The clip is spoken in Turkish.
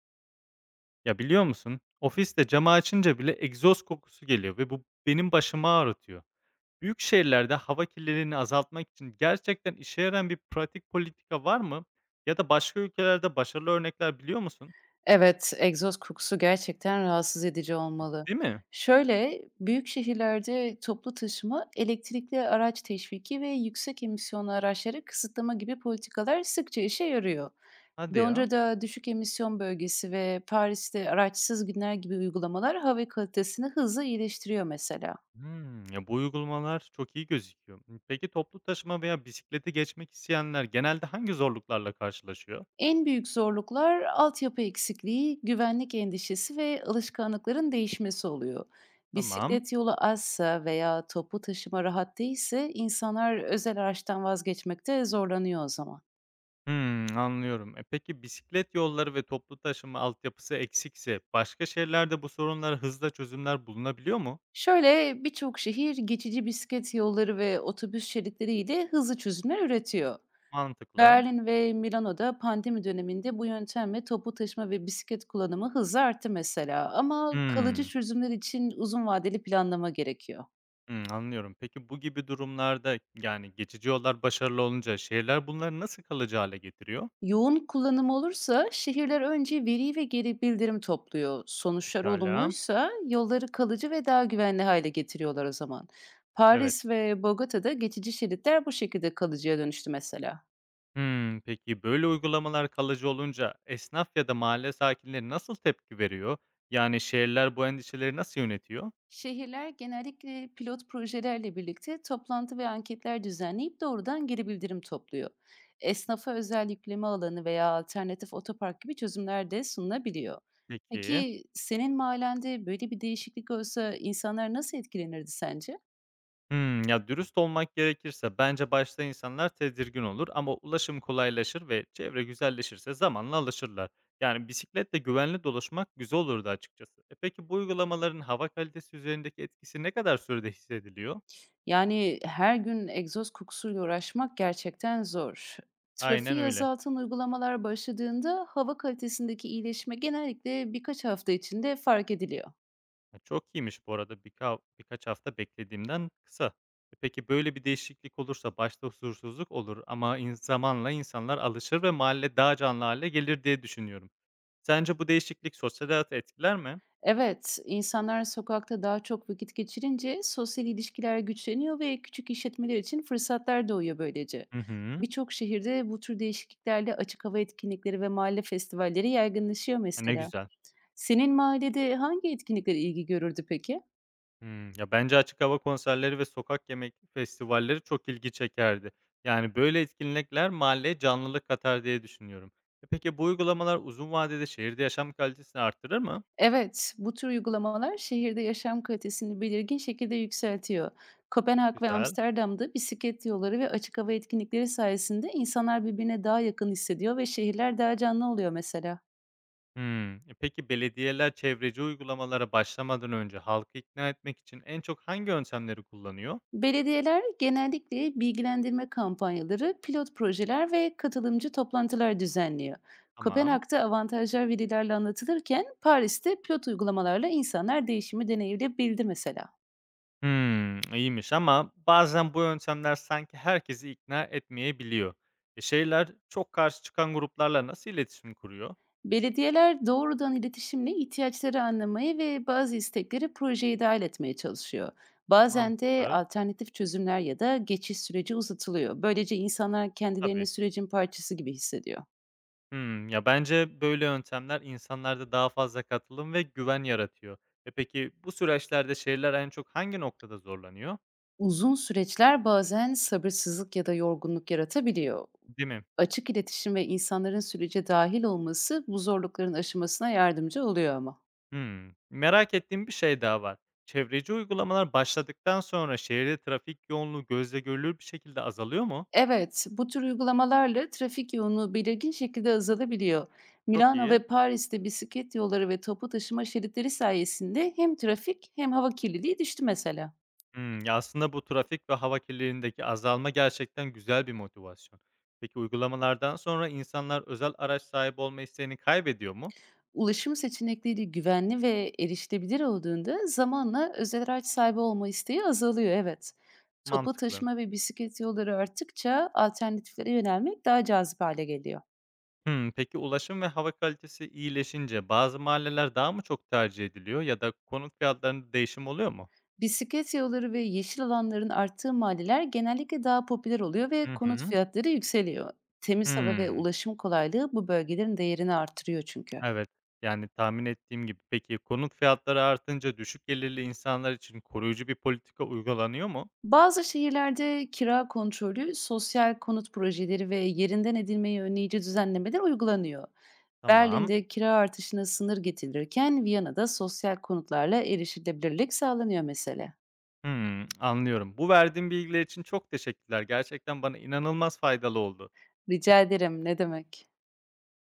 Ya, biliyor musun? Ofiste camı açınca bile egzoz kokusu geliyor ve bu benim başımı ağrıtıyor. Büyük şehirlerde hava kirliliğini azaltmak için gerçekten işe yarayan bir pratik politika var mı? Ya da başka ülkelerde başarılı örnekler biliyor musun? Evet, egzoz kokusu gerçekten rahatsız edici olmalı. Değil mi? Şöyle, büyük şehirlerde toplu taşıma, elektrikli araç teşviki ve yüksek emisyonlu araçları kısıtlama gibi politikalar sıkça işe yarıyor. Hadi ya. Londra'da düşük emisyon bölgesi ve Paris'te araçsız günler gibi uygulamalar hava kalitesini hızla iyileştiriyor mesela. Hımm. Ya, bu uygulamalar çok iyi gözüküyor. Peki toplu taşıma veya bisiklete geçmek isteyenler genelde hangi zorluklarla karşılaşıyor? En büyük zorluklar altyapı eksikliği, güvenlik endişesi ve alışkanlıkların değişmesi oluyor. Tamam. Bisiklet yolu azsa veya topu taşıma rahat değilse insanlar özel araçtan vazgeçmekte zorlanıyor o zaman. Hımm, anlıyorum. Peki bisiklet yolları ve toplu taşıma altyapısı eksikse başka şehirlerde bu sorunlara hızla çözümler bulunabiliyor mu? Şöyle birçok şehir geçici bisiklet yolları ve otobüs şeritleriyle hızlı çözümler üretiyor. Mantıklı. Berlin ve Milano'da pandemi döneminde bu yöntemle topu taşıma ve bisiklet kullanımı hızla arttı mesela, ama kalıcı Hımm. çözümler için uzun vadeli planlama gerekiyor. Hımm, anlıyorum. Peki bu gibi durumlarda, yani, geçici yollar başarılı olunca şehirler bunları nasıl kalıcı hale getiriyor? Yoğun kullanım olursa şehirler önce veri ve geri bildirim topluyor. Sonuçlar Pekâla. olumluysa yolları kalıcı ve daha güvenli hale getiriyorlar o zaman. Evet. Paris ve Bogota'da geçici şeritler bu şekilde kalıcıya dönüştü mesela. Hımm, peki böyle uygulamalar kalıcı olunca esnaf ya da mahalle sakinleri nasıl tepki veriyor? Yani şehirler bu endişeleri nasıl yönetiyor? Şehirler genellikle pilot projelerle birlikte toplantı ve anketler düzenleyip doğrudan geri bildirim topluyor. Esnafa özel yükleme alanı veya alternatif otopark gibi çözümler de sunulabiliyor. Peki. Peki senin mahallende böyle bir değişiklik olsa insanlar nasıl etkilenirdi sence? Hmm, ya, dürüst olmak gerekirse bence başta insanlar tedirgin olur ama ulaşım kolaylaşır ve çevre güzelleşirse zamanla alışırlar. Yani bisikletle güvenli dolaşmak güzel olurdu açıkçası. Peki bu uygulamaların hava kalitesi üzerindeki etkisi ne kadar sürede hissediliyor? Yani, her gün egzoz kokusuyla uğraşmak gerçekten zor. Aynen Trafiği öyle. azaltan uygulamalar başladığında hava kalitesindeki iyileşme genellikle birkaç hafta içinde fark ediliyor. Ya, çok iyiymiş bu arada birkaç hafta beklediğimden kısa. Peki böyle bir değişiklik olursa başta huzursuzluk olur ama zamanla insanlar alışır ve mahalle daha canlı hale gelir diye düşünüyorum. Sence bu değişiklik sosyal hayatı etkiler mi? Evet, insanlar sokakta daha çok vakit geçirince sosyal ilişkiler güçleniyor ve küçük işletmeler için fırsatlar doğuyor böylece. Hı hı. Birçok şehirde bu tür değişikliklerle açık hava etkinlikleri ve mahalle festivalleri yaygınlaşıyor A, ne mesela. güzel. Senin mahallede hangi etkinlikler ilgi görürdü peki? Hımm. Ya, bence açık hava konserleri ve sokak yemek festivalleri çok ilgi çekerdi. Yani, böyle etkinlikler mahalleye canlılık katar diye düşünüyorum. Peki bu uygulamalar uzun vadede şehirde yaşam kalitesini artırır mı? Evet, bu tür uygulamalar şehirde yaşam kalitesini belirgin şekilde yükseltiyor. Kopenhag ve Güzel. Amsterdam'da bisiklet yolları ve açık hava etkinlikleri sayesinde insanlar birbirine daha yakın hissediyor ve şehirler daha canlı oluyor mesela. Hımm. Peki belediyeler çevreci uygulamalara başlamadan önce halkı ikna etmek için en çok hangi yöntemleri kullanıyor? Belediyeler genellikle bilgilendirme kampanyaları, pilot projeler ve katılımcı toplantılar düzenliyor. Tamam. Kopenhag'da avantajlar verilerle anlatılırken Paris'te pilot uygulamalarla insanlar değişimi deneyimleyebildi mesela. Hımm, iyiymiş ama bazen bu yöntemler sanki herkesi ikna etmeyebiliyor. E, şeyler çok karşı çıkan gruplarla nasıl iletişim kuruyor? Belediyeler doğrudan iletişimle ihtiyaçları anlamayı ve bazı istekleri projeye dahil etmeye çalışıyor. Bazen de Mantıklı. alternatif çözümler ya da geçiş süreci uzatılıyor. Böylece insanlar kendilerini Tabii. sürecin parçası gibi hissediyor. Hımm. Ya, bence böyle yöntemler insanlarda daha fazla katılım ve güven yaratıyor. Peki bu süreçlerde şehirler en çok hangi noktada zorlanıyor? Uzun süreçler bazen sabırsızlık ya da yorgunluk yaratabiliyor. Değil mi? Açık iletişim ve insanların sürece dahil olması bu zorlukların aşımasına yardımcı oluyor ama. Hımm. Merak ettiğim bir şey daha var. Çevreci uygulamalar başladıktan sonra şehirde trafik yoğunluğu gözle görülür bir şekilde azalıyor mu? Evet, bu tür uygulamalarla trafik yoğunluğu belirgin şekilde azalabiliyor. Çok Milano iyi. ve Paris'te bisiklet yolları ve topu taşıma şeritleri sayesinde hem trafik hem hava kirliliği düştü mesela. Hımm. Ya, aslında bu trafik ve hava kirliliğindeki azalma gerçekten güzel bir motivasyon. Peki uygulamalardan sonra insanlar özel araç sahibi olma isteğini kaybediyor mu? Ulaşım seçenekleri güvenli ve erişilebilir olduğunda zamanla özel araç sahibi olma isteği azalıyor, evet. Toplu Mantıklı. taşıma ve bisiklet yolları arttıkça alternatiflere yönelmek daha cazip hale geliyor. Hımm. Peki ulaşım ve hava kalitesi iyileşince bazı mahalleler daha mı çok tercih ediliyor ya da konut fiyatlarında değişim oluyor mu? Bisiklet yolları ve yeşil alanların arttığı mahalleler genellikle daha popüler oluyor ve Hı konut hı. fiyatları yükseliyor. Temiz hava ve Hımm. ulaşım kolaylığı bu bölgelerin değerini artırıyor çünkü. Evet. Yani, tahmin ettiğim gibi. Peki konut fiyatları artınca düşük gelirli insanlar için koruyucu bir politika uygulanıyor mu? Bazı şehirlerde kira kontrolü, sosyal konut projeleri ve yerinden edilmeyi önleyici düzenlemeler uygulanıyor. Tamam. Berlin'de kira artışına sınır getirilirken Viyana'da sosyal konutlarla erişilebilirlik sağlanıyor mesela. Hımm, anlıyorum. Bu verdiğin bilgiler için çok teşekkürler. Gerçekten bana inanılmaz faydalı oldu. Rica ederim, ne demek.